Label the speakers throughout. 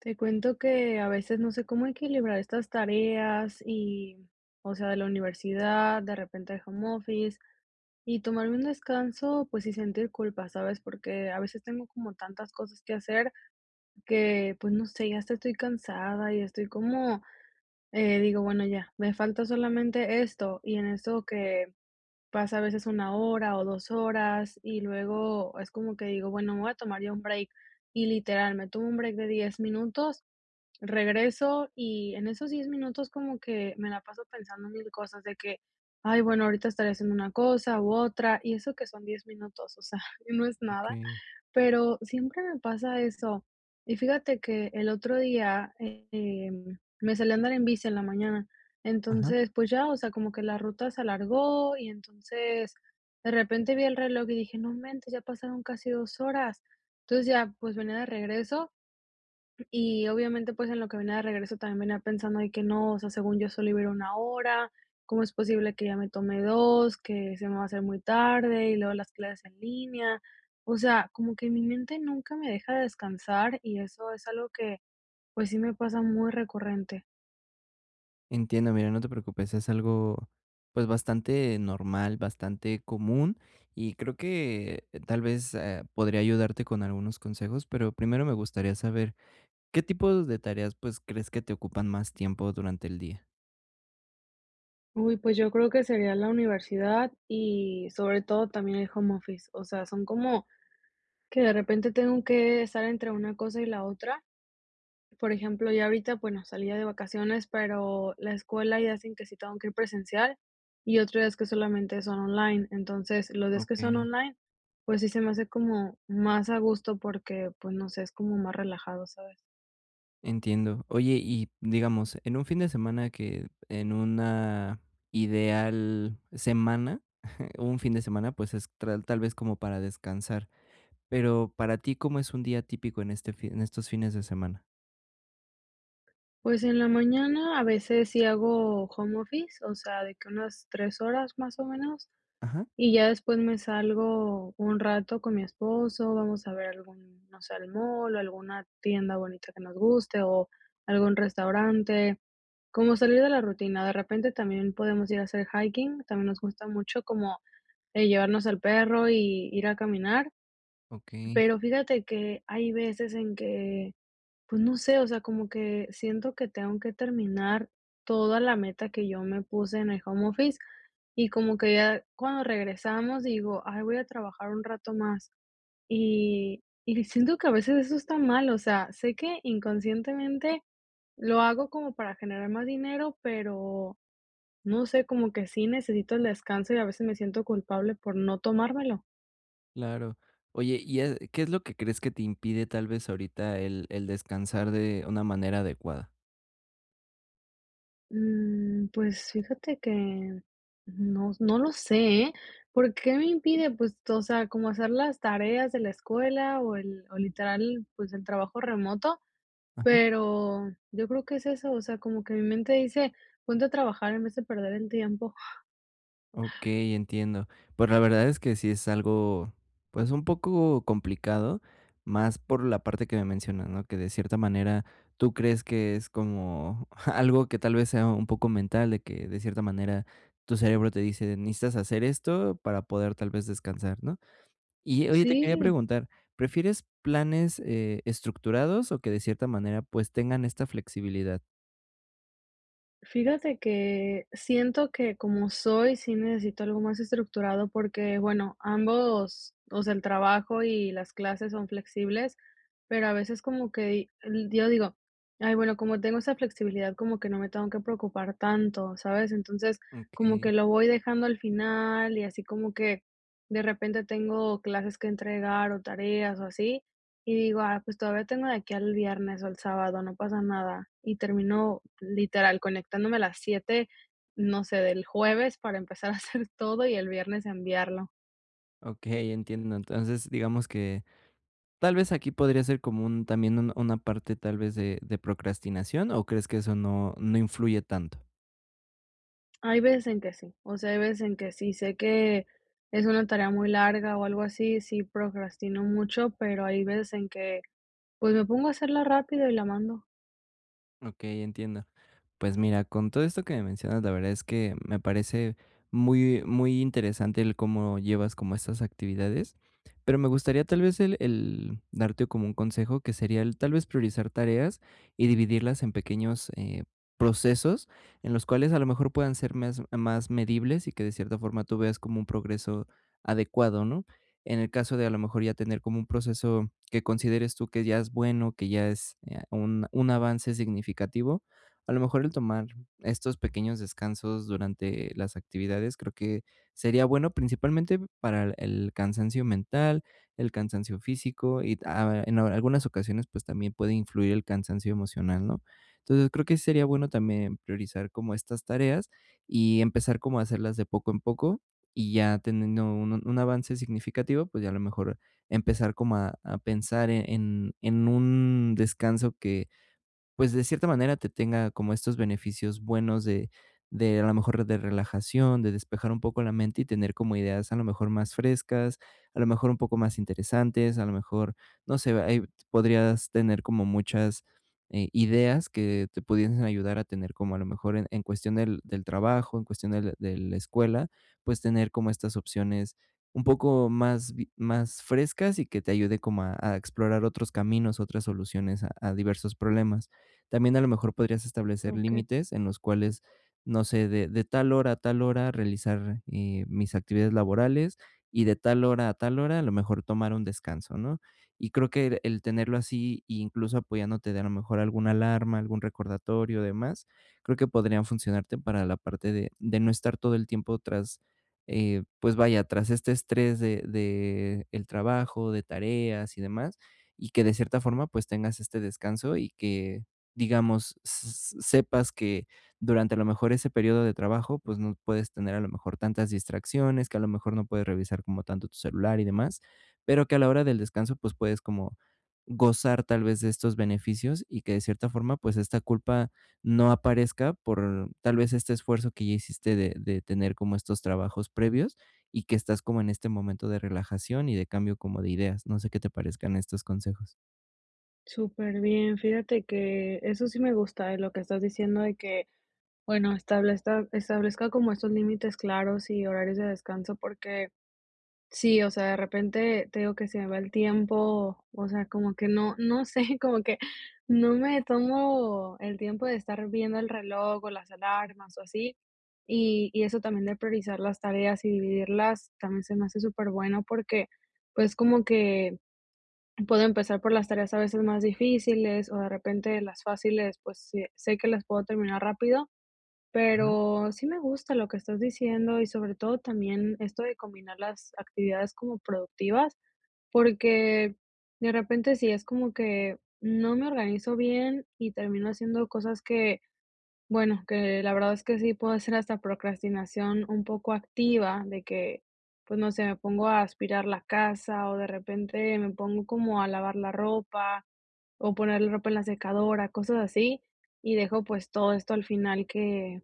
Speaker 1: Te cuento que a veces no sé cómo equilibrar estas tareas y, o sea, de la universidad, de repente el home office y tomarme un descanso, pues y sentir culpa, ¿sabes? Porque a veces tengo como tantas cosas que hacer que, pues no sé, ya hasta estoy cansada y estoy como, digo, bueno, ya, me falta solamente esto y en eso que pasa a veces 1 hora o 2 horas y luego es como que digo, bueno, me voy a tomar ya un break y literal, me tomo un break de 10 minutos. Regreso y en esos 10 minutos como que me la paso pensando mil cosas de que, ay, bueno, ahorita estaré haciendo una cosa u otra, y eso que son 10 minutos, o sea, no es nada,
Speaker 2: Okey.
Speaker 1: pero siempre me pasa eso. Y fíjate que el otro día, me salí a andar en bici en la mañana,
Speaker 2: Ajá.
Speaker 1: entonces, pues ya, o sea, como que la ruta se alargó y entonces de repente vi el reloj y dije, no mentes, ya pasaron casi 2 horas. Entonces ya, pues venía de regreso y obviamente, pues, en lo que venía de regreso también venía pensando de que no, o sea, según yo solo iba a ir 1 hora, ¿cómo es posible que ya me tome dos? Que se me va a hacer muy tarde y luego las clases en línea. O sea, como que mi mente nunca me deja descansar y eso es algo que, pues, sí me pasa muy recurrente.
Speaker 2: Entiendo, mira, no te preocupes, es algo, pues, bastante normal, bastante común, y creo que tal vez, podría ayudarte con algunos consejos, pero primero me gustaría saber, ¿qué tipos de tareas, pues, crees que te ocupan más tiempo durante el día?
Speaker 1: Uy, pues yo creo que sería la universidad y sobre todo también el home office. O sea, son como que de repente tengo que estar entre una cosa y la otra. Por ejemplo, ya ahorita, bueno, salía de vacaciones, pero la escuela ya hacen que sí tengo que ir presencial y otros días que solamente son online. Entonces, los días que son
Speaker 2: Okey,
Speaker 1: online, pues sí se me hace como más a gusto porque, pues no sé, es como más relajado, ¿sabes?
Speaker 2: entiendo. Oye, y digamos, en un fin de semana que en una ideal semana, un fin de semana, pues, es tra tal vez como para descansar. Pero para ti, ¿cómo es un día típico en este fi en estos fines de semana?
Speaker 1: Pues en la mañana a veces sí hago home office, o sea, de que unas 3 horas más o menos.
Speaker 2: Ajá.
Speaker 1: Y ya después me salgo un rato con mi esposo, vamos a ver algún, no sé, al mall o alguna tienda bonita que nos guste o algún restaurante, como salir de la rutina. De repente también podemos ir a hacer hiking, también nos gusta mucho como llevarnos al perro y ir a caminar,
Speaker 2: Okey,
Speaker 1: pero fíjate que hay veces en que pues no sé, o sea, como que siento que tengo que terminar toda la meta que yo me puse en el home office y como que ya cuando regresamos digo, ay, voy a trabajar un rato más. Y siento que a veces eso está mal, o sea, sé que inconscientemente lo hago como para generar más dinero, pero no sé, como que sí necesito el descanso y a veces me siento culpable por no tomármelo.
Speaker 2: claro. Oye, ¿y qué es lo que crees que te impide tal vez ahorita el descansar de una manera adecuada?
Speaker 1: Pues fíjate que no lo sé, ¿eh? ¿Por qué me impide? Pues, o sea, como hacer las tareas de la escuela o el, o literal, pues el trabajo remoto,
Speaker 2: Ajá.
Speaker 1: pero yo creo que es eso, o sea, como que mi mente dice, ponte a trabajar en vez de perder el tiempo.
Speaker 2: Okey, entiendo. Pues la verdad es que sí es algo, pues, un poco complicado, más por la parte que me mencionas, ¿no? Que de cierta manera tú crees que es como algo que tal vez sea un poco mental, de que de cierta manera tu cerebro te dice: "Necesitas hacer esto para poder tal vez descansar", ¿no? Y oye, te quería
Speaker 1: Sí,
Speaker 2: preguntar, ¿prefieres planes, estructurados o que de cierta manera, pues, tengan esta flexibilidad?
Speaker 1: fíjate que siento que como soy, sí necesito algo más estructurado porque, bueno, ambos, o sea, el trabajo y las clases son flexibles, pero a veces como que yo digo, ay, bueno, como tengo esa flexibilidad, como que no me tengo que preocupar tanto, ¿sabes? Entonces, como que
Speaker 2: Okey,
Speaker 1: lo voy dejando al final y así como que de repente tengo clases que entregar o tareas o así. Y digo: "Ah, pues todavía tengo de aquí al viernes o al sábado, no pasa nada". Y termino literal conectándome a las 7, no sé, del jueves para empezar a hacer todo y el viernes enviarlo.
Speaker 2: okey, entiendo. Entonces, digamos que tal vez aquí podría ser como un también un una parte tal vez de procrastinación, ¿o crees que eso no influye tanto?
Speaker 1: Hay veces en que sí, o sea, hay veces en que sí sé que es una tarea muy larga o algo así, sí procrastino mucho, pero hay veces en que, pues, me pongo a hacerla rápido y la mando.
Speaker 2: Okey, entiendo. Pues mira, con todo esto que me mencionas, la verdad es que me parece muy muy interesante el cómo llevas como estas actividades, pero me gustaría tal vez el darte como un consejo que sería el tal vez priorizar tareas y dividirlas en pequeños, procesos en los cuales a lo mejor puedan ser más más medibles y que de cierta forma tú veas como un progreso adecuado, ¿no? En el caso de a lo mejor ya tener como un proceso que consideres tú que ya es bueno, que ya es, un avance significativo, a lo mejor el tomar estos pequeños descansos durante las actividades creo que sería bueno, principalmente para el cansancio mental, el cansancio físico y, en algunas ocasiones, pues, también puede influir el cansancio emocional, ¿no? Entonces, creo que sí sería bueno también priorizar como estas tareas y empezar como a hacerlas de poco en poco, y ya teniendo un avance significativo, pues, ya a lo mejor empezar como a pensar en un descanso que pues, de cierta manera, te tenga como estos beneficios buenos de a lo mejor, de relajación, de despejar un poco la mente y tener como ideas, a lo mejor, más frescas, a lo mejor, un poco más interesantes, a lo mejor, no sé, ahí podrías tener como muchas, ideas que te pudiesen ayudar a tener como, a lo mejor, en cuestión del trabajo, en cuestión del de la escuela, pues, tener como estas opciones un poco más vi más frescas y que te ayude como a explorar otros caminos, otras soluciones a diversos problemas. También a lo mejor podrías establecer
Speaker 1: Ok,
Speaker 2: límites en los cuales, no sé, de tal hora a tal hora realizar mis actividades laborales y de tal hora a lo mejor tomar un descanso, ¿no? Y creo que el tenerlo así, e incluso apoyándote de a lo mejor alguna alarma, algún recordatorio, demás, creo que podrían funcionarte para la parte de no estar todo el tiempo tras, pues vaya, tras este estrés de el trabajo, de tareas y demás, y que de cierta forma pues tengas este descanso y que digamos, s sepas que durante a lo mejor ese periodo de trabajo, pues, no puedes tener a lo mejor tantas distracciones, que a lo mejor no puedes revisar como tanto tu celular y demás, pero que a la hora del descanso, pues, puedes como gozar tal vez de estos beneficios y que de cierta forma, pues, esta culpa no aparezca por tal vez este esfuerzo que ya hiciste de tener como estos trabajos previos y que estás como en este momento de relajación y de cambio como de ideas. No sé qué te parezcan estos consejos.
Speaker 1: súper bien. Fíjate que eso sí me gusta, lo que estás diciendo de que bueno, establezca como estos límites claros y horarios de descanso, porque sí, o sea, de repente te digo que se me va el tiempo, o sea, como que no sé, como que no me tomo el tiempo de estar viendo el reloj o las alarmas o así, y eso también de priorizar las tareas y dividirlas también se me hace súper bueno porque, pues, como que puedo empezar por las tareas a veces más difíciles o de repente las fáciles, pues, sé que las puedo terminar rápido, pero sí me gusta lo que estás diciendo y sobre todo también esto de combinar las actividades como productivas, porque de repente sí es como que no me organizo bien y termino haciendo cosas que bueno, que la verdad es que sí puede ser hasta procrastinación un poco activa, de que, pues no sé, me pongo a aspirar la casa o de repente me pongo como a lavar la ropa o poner la ropa en la secadora, cosas así, y dejo pues todo esto al final que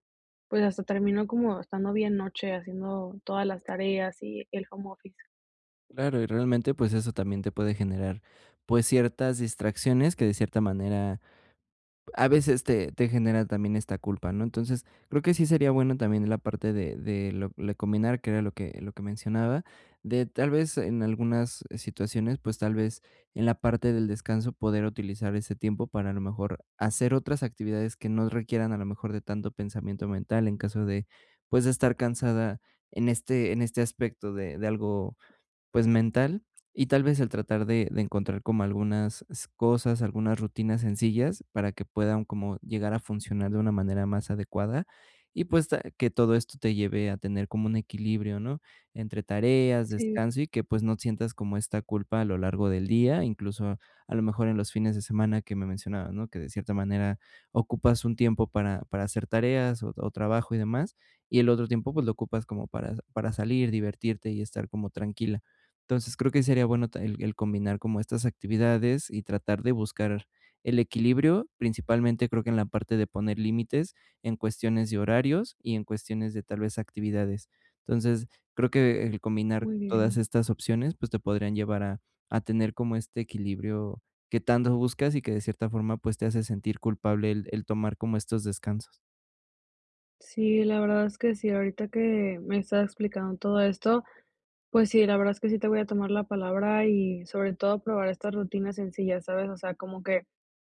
Speaker 1: pues hasta termino como estando bien noche haciendo todas las tareas y el home office.
Speaker 2: Claro, y realmente, pues, eso también te puede generar, pues, ciertas distracciones que de cierta manera a veces te genera también esta culpa, ¿no? Entonces, creo que sí sería bueno también la parte de lo de combinar, que era lo que mencionaba, de tal vez en algunas situaciones, pues, tal vez en la parte del descanso poder utilizar ese tiempo para a lo mejor hacer otras actividades que no requieran a lo mejor de tanto pensamiento mental en caso de, pues, de estar cansada en este aspecto de algo pues, mental, y tal vez el tratar de encontrar como algunas s cosas, algunas rutinas sencillas para que puedan como llegar a funcionar de una manera más adecuada y, pues, ta que todo esto te lleve a tener como un equilibrio, ¿no?, entre tareas,
Speaker 1: Sí,
Speaker 2: descanso y que, pues, no sientas como esta culpa a lo largo del día, incluso a lo mejor en los fines de semana que me mencionabas, ¿no?, que de cierta manera ocupas un tiempo para hacer tareas o trabajo y demás, y el otro tiempo, pues, lo ocupas como para salir, divertirte y estar como tranquila. Entonces, creo que sería bueno ta el combinar como estas actividades y tratar de buscar el equilibrio, principalmente creo que en la parte de poner límites en cuestiones de horarios y en cuestiones de tal vez actividades. Entonces, creo que el combinar
Speaker 1: muy
Speaker 2: todas
Speaker 1: bien.
Speaker 2: estas opciones, pues, te podrían llevar a tener como este equilibrio que tanto buscas y que de cierta forma, pues, te hace sentir culpable el tomar como estos descansos.
Speaker 1: Sí, la verdad es que sí, ahorita que me estás explicando todo esto. Pues sí, la verdad es que sí te voy a tomar la palabra y sobre todo probar estas rutinas sencillas, ¿sabes? O sea, como que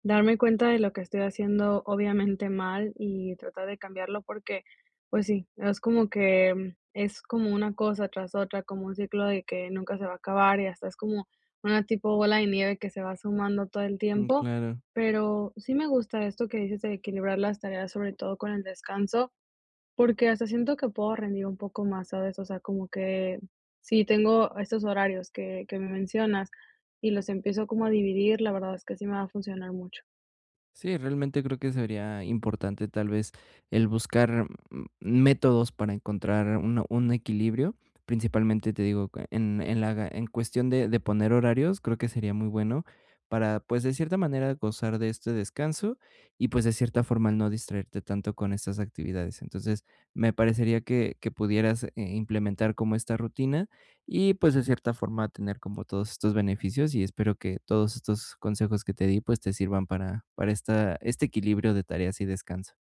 Speaker 1: darme cuenta de lo que estoy haciendo obviamente mal y tratar de cambiarlo porque, pues sí, es como que es como una cosa tras otra, como un ciclo de que nunca se va a acabar y hasta es como una tipo bola de nieve que se va sumando todo el
Speaker 2: Mm,
Speaker 1: tiempo.
Speaker 2: claro.
Speaker 1: Pero sí me gusta esto que dices de equilibrar las tareas, sobre todo con el descanso. Porque hasta siento que puedo rendir un poco más, ¿sabes? O sea, como que si tengo estos horarios que me mencionas y los empiezo como a dividir, la verdad es que sí me va a funcionar mucho.
Speaker 2: Sí, realmente creo que sería importante tal vez el buscar métodos para encontrar un equilibrio. Principalmente te digo, en la, en cuestión de poner horarios, creo que sería muy bueno para, pues, de cierta manera gozar de este descanso y, pues, de cierta forma no distraerte tanto con estas actividades. Entonces, me parecería que pudieras implementar como esta rutina y pues de cierta forma tener como todos estos beneficios y espero que todos estos consejos que te di pues te sirvan para esta, este equilibrio de tareas y descanso.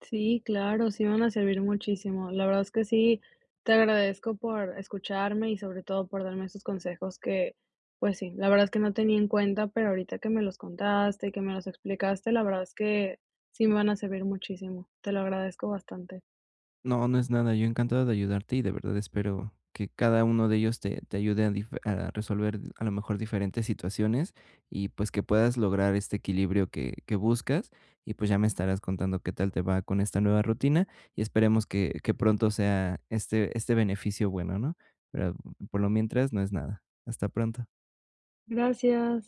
Speaker 1: Sí, claro, sí me van a servir muchísimo. La verdad es que sí, te agradezco por escucharme y sobre todo por darme esos consejos que, pues sí, la verdad es que no tenía en cuenta, pero ahorita que me los contaste, que me los explicaste, la verdad es que sí me van a servir muchísimo. Te lo agradezco bastante.
Speaker 2: No, no es nada, yo encantado de ayudarte y de verdad espero que cada uno de ellos te, te ayude a, a resolver a lo mejor diferentes situaciones y pues que puedas lograr este equilibrio que buscas y pues ya me estarás contando qué tal te va con esta nueva rutina y esperemos que pronto sea este, este beneficio bueno, ¿no? Pero por lo mientras no es nada. Hasta pronto.
Speaker 1: Gracias.